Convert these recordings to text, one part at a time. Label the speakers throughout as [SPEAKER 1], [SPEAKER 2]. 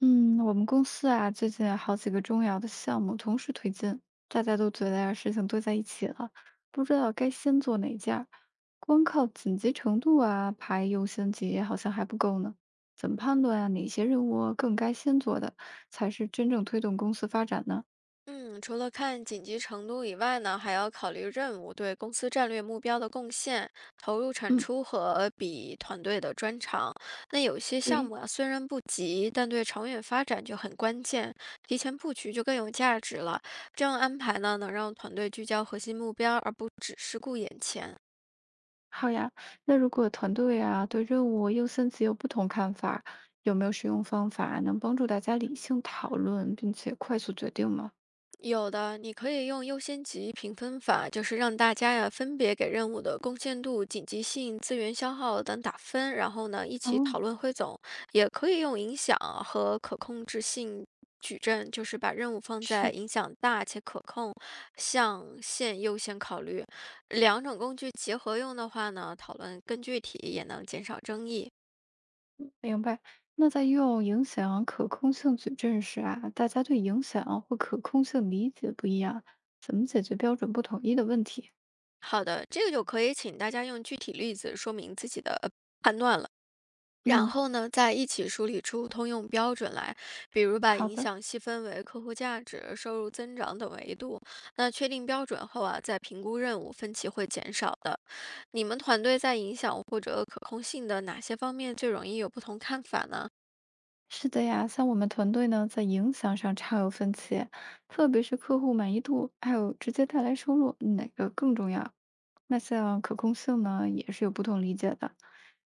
[SPEAKER 1] 嗯，我们公司啊，最近有好几个重要的项目同时推进，大家都觉得呀，事情堆在一起了，不知道该先做哪件儿。光靠紧急程度啊，排优先级好像还不够呢。怎么判断啊，哪些任务更该先做的，才是真正推动公司发展呢？
[SPEAKER 2] 嗯，除了看紧急程度以外呢，还要考虑任务对公司战略目标的贡献、投入产
[SPEAKER 1] 嗯。
[SPEAKER 2] 出和比团队的专长。那有些项
[SPEAKER 1] 对。
[SPEAKER 2] 目啊，虽然不急，但对长远发展就很关键，提前布局就更有价值了。这样安排呢，能让团队聚焦核心目标，而不只是顾眼前。
[SPEAKER 1] 好呀。那如果团队啊，对任务优先级有不同看法，有没有使用方法能帮助大家理性讨论，并且快速决定吗？
[SPEAKER 2] 有的，你可以用优先级评分法，就是让大家呀分别给任务的贡献度、紧急性、资源消耗等打分，然后呢一起
[SPEAKER 1] 哦。
[SPEAKER 2] 讨论汇总。也可以用影响和可控制性矩阵，就是把任务放在
[SPEAKER 1] 是。
[SPEAKER 2] 影响大且可控象限优先考虑。两种工具结合用的话呢，讨论更具体，也能减少争议。
[SPEAKER 1] 明白。那在用影响可控性矩阵时啊，大家对影响或可控性理解不一样，怎么解决标准不统一的问题？
[SPEAKER 2] 好的，这个就可以请大家用具体例子说明自己的判然
[SPEAKER 1] 嗯。
[SPEAKER 2] 后呢，再一起梳理出通用标准来，比如把
[SPEAKER 1] 好
[SPEAKER 2] 影
[SPEAKER 1] 的。
[SPEAKER 2] 响细分为客户价值、收入增长等维度。那确定标准后啊，再评估任务，分歧会减少的。你们团队在影响或者可控性的哪些方面最容易有不同看法呢？
[SPEAKER 1] 是的呀，像我们团队呢，在影响上常有分歧，特别是客户满意度，还有直接带来收入，哪个更重要？那像可控性呢，也是有不同理解的。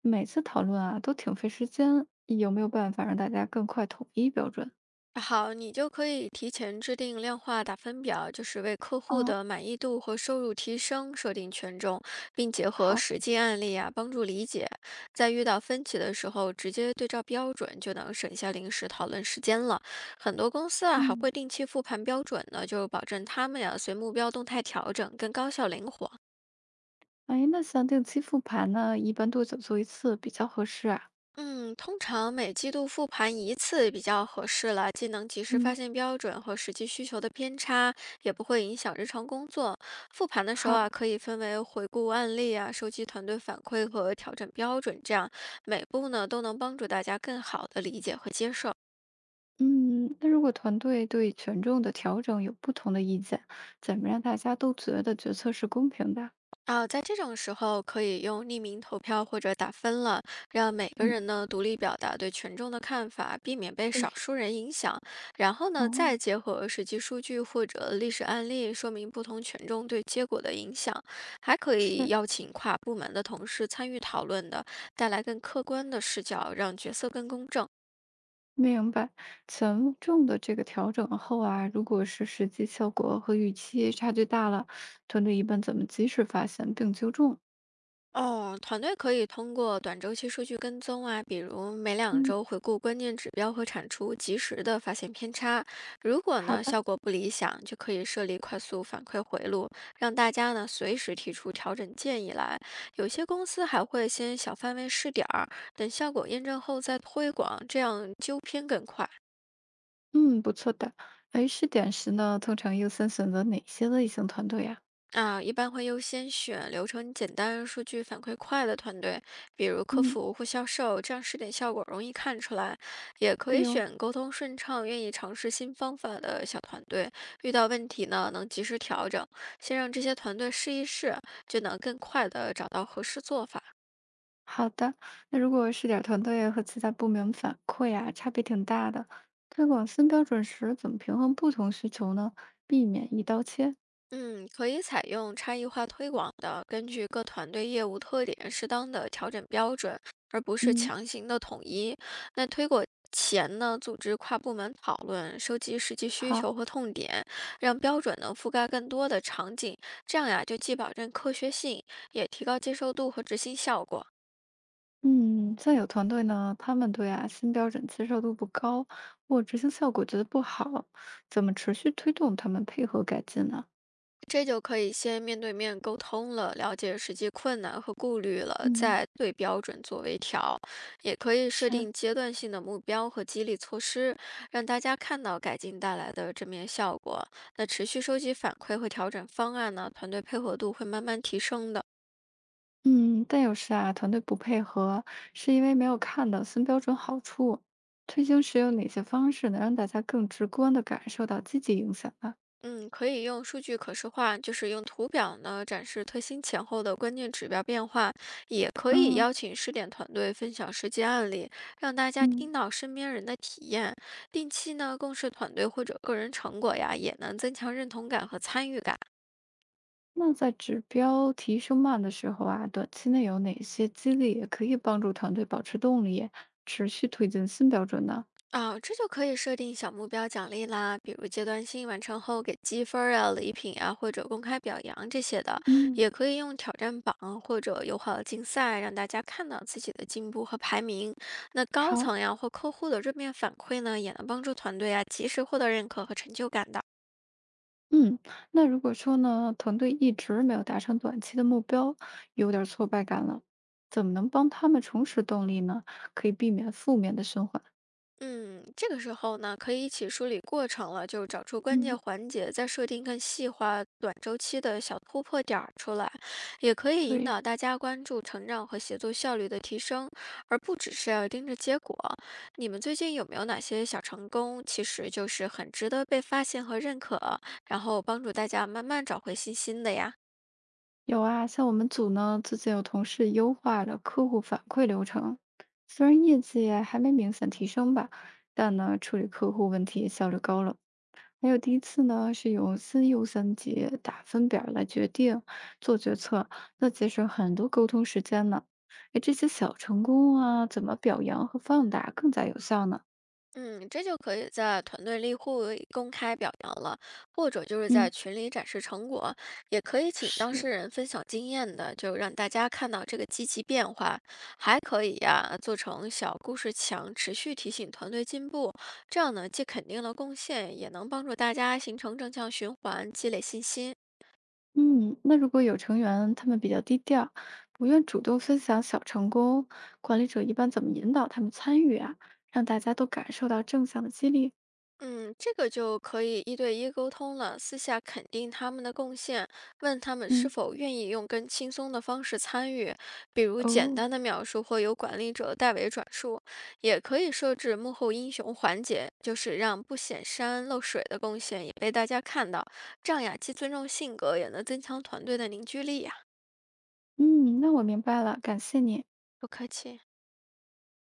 [SPEAKER 1] 每次讨论啊，都挺费时间，有没有办法让大家更快统一标准？
[SPEAKER 2] 好，你就可以提前制定量化打分表，就是为客户
[SPEAKER 1] 嗯。
[SPEAKER 2] 的满意度和收入提升设定权重，并结合
[SPEAKER 1] 好。
[SPEAKER 2] 实际案例啊，帮助理解。在遇到分歧的时候，直接对照标准，就能省下临时讨论时间了。很多公司啊，还
[SPEAKER 1] 嗯。
[SPEAKER 2] 会定期复盘标准呢，就保证他们呀、随目标动态调整，更高效灵活。
[SPEAKER 1] 哎，那像定期复盘呢，一般多久做一次比较合适啊？
[SPEAKER 2] 嗯，通常每季度复盘一次比较合适了，既能及时
[SPEAKER 1] 嗯。
[SPEAKER 2] 发现标准和实际需求的偏差，也不会影响日常工作。复盘的时候
[SPEAKER 1] 好。
[SPEAKER 2] 啊，可以分为回顾案例啊、收集团队反馈和调整标准，这样每步呢都能帮助大家更好的理解和接受。
[SPEAKER 1] 嗯，那如果团队对权重的调整有不同的意见，怎么让大家都觉得决策是公平的？
[SPEAKER 2] 啊，在这种时候可以用匿名投票或者打分了，让每个
[SPEAKER 1] 嗯。
[SPEAKER 2] 人呢独立表达对权重的看法，避免被
[SPEAKER 1] 对。
[SPEAKER 2] 少数人影响。然后呢，
[SPEAKER 1] 哦。
[SPEAKER 2] 再结合实际数据或者历史案例，说明不同权重对结果的影响。还可以
[SPEAKER 1] 是。
[SPEAKER 2] 邀请跨部门的同事参与讨论的，带来更客观的视角，让决策更公正。
[SPEAKER 1] 明白。权重的这个调整后啊，如果是实际效果和预期差距大了，团队一般怎么及时发现并纠正？
[SPEAKER 2] 哦，团队可以通过短周期数据跟踪啊，比如每两
[SPEAKER 1] 嗯。
[SPEAKER 2] 周回顾关键指标和产出，及时的发现偏差。如果
[SPEAKER 1] 好
[SPEAKER 2] 呢
[SPEAKER 1] 的。
[SPEAKER 2] 效果不理想，就可以设立快速反馈回路，让大家呢随时提出调整建议来。有些公司还会先小范围试点儿，等效果验证后再推广，这样纠偏更快。
[SPEAKER 1] 嗯，不错的。哎，试点时呢，通常优先选择哪些类型团队呀？
[SPEAKER 2] 啊，一般会优先选流程简单、数据反馈快的团队，比如客
[SPEAKER 1] 嗯。
[SPEAKER 2] 服或销售，这样试点效果容易看出来。也可以
[SPEAKER 1] 对哦。
[SPEAKER 2] 选沟通顺畅、愿意尝试新方法的小团队，遇到问题呢能及时调整。先让这些团队试一试，就能更快的找到合适做法。
[SPEAKER 1] 好的。那如果试点团队和其他部门反馈啊，差别挺大的，推广新标准时怎么平衡不同需求呢？避免一刀切。
[SPEAKER 2] 嗯，可以采用差异化推广的，根据各团队业务特点，适当的调整标准，而不是
[SPEAKER 1] 嗯。
[SPEAKER 2] 强行的统一。那推广前呢，组织跨部门讨论，收集实际需
[SPEAKER 1] 好。
[SPEAKER 2] 求和痛点，让标准能覆盖更多的场景，这样呀，就既保证科学性，也提高接受度和执行效果。
[SPEAKER 1] 嗯，像有团队呢，他们对啊新标准接受度不高，或执行效果觉得不好，怎么持续推动他们配合改进呢？
[SPEAKER 2] 这就可以先面对面沟通了，了解实际困难和顾虑了，
[SPEAKER 1] 嗯。
[SPEAKER 2] 再对标准做微调。也可以设
[SPEAKER 1] 是。
[SPEAKER 2] 定阶段性的目标和激励措施，让大家看到改进带来的正面效果。那持续收集反馈和调整方案呢，团队配合度会慢慢提升的。
[SPEAKER 1] 嗯，但有时啊，团队不配合，是因为没有看到新标准好处。推行时有哪些方式能让大家更直观的感受到积极影响呢？
[SPEAKER 2] 嗯，可以用数据可视化，就是用图表呢展示推新前后的关键指标变化，也可以
[SPEAKER 1] 嗯。
[SPEAKER 2] 邀请试点团队分享实际案例，让大家
[SPEAKER 1] 嗯，
[SPEAKER 2] 听到身边人的体验。定期呢共事团队或者个人成果呀，也能增强认同感和参与感。
[SPEAKER 1] 那在指标提升慢的时候啊，短期内有哪些激励也可以帮助团队保持动力，持续推进新标准呢？
[SPEAKER 2] 啊，这就可以设定小目标奖励啦，比如阶段性完成后给积分儿啊、礼品啊，或者公开表扬这些的，
[SPEAKER 1] 嗯。
[SPEAKER 2] 也可以用挑战榜或者友好的竞赛，让大家看到自己的进步和排名。那高
[SPEAKER 1] 好。
[SPEAKER 2] 层呀或客户的正面反馈呢，也能帮助团队啊及时获得认可和成就感的。
[SPEAKER 1] 嗯，那如果说呢，团队一直没有达成短期的目标，有点儿挫败感了，怎么能帮他们重拾动力呢？可以避免负面的循环。
[SPEAKER 2] 嗯，这个时候呢，可以一起梳理过程了，就找出关键
[SPEAKER 1] 嗯。
[SPEAKER 2] 环节，再设定更细化、短周期的小突破点儿出来，也可以引
[SPEAKER 1] 对。
[SPEAKER 2] 导大家关注成长和协作效率的提升，而不只是要盯着结果。你们最近有没有哪些小成功，其实就是很值得被发现和认可，然后帮助大家慢慢找回信心的呀？
[SPEAKER 1] 有啊，像我们组呢，最近有同事优化了客户反馈流程，虽然业绩还没明显提升吧，但呢，处理客户问题效率高了。还有第一次呢，是由新优三级打分表儿来决定做决策，那节省很多沟通时间呢。哎，这些小成功啊，怎么表扬和放大更加有效呢？
[SPEAKER 2] 嗯，这就可以在团队例会公开表扬了，或者就是在
[SPEAKER 1] 嗯。
[SPEAKER 2] 群里展示成果，也可以请当
[SPEAKER 1] 是。
[SPEAKER 2] 事人分享经验的，就让大家看到这个积极变化。还可以呀、做成小故事墙，持续提醒团队进步。这样呢，既肯定了贡献，也能帮助大家形成正向循环，积累信心。
[SPEAKER 1] 嗯，那如果有成员他们比较低调，不愿主动分享小成功，管理者一般怎么引导他们参与啊，让大家都感受到正向的激励？
[SPEAKER 2] 嗯，这个就可以一对一沟通了，私下肯定他们的贡献，问他们是
[SPEAKER 1] 嗯。
[SPEAKER 2] 否愿意用更轻松的方式参与，比如简
[SPEAKER 1] 哦。
[SPEAKER 2] 单的描述或由管理者代为转述，也可以设置幕后英雄环节，就是让不显山露水的贡献也被大家看到，这样呀，既尊重性格，也能增强团队的凝聚力呀。
[SPEAKER 1] 嗯，那我明白了，感谢你。
[SPEAKER 2] 不客气。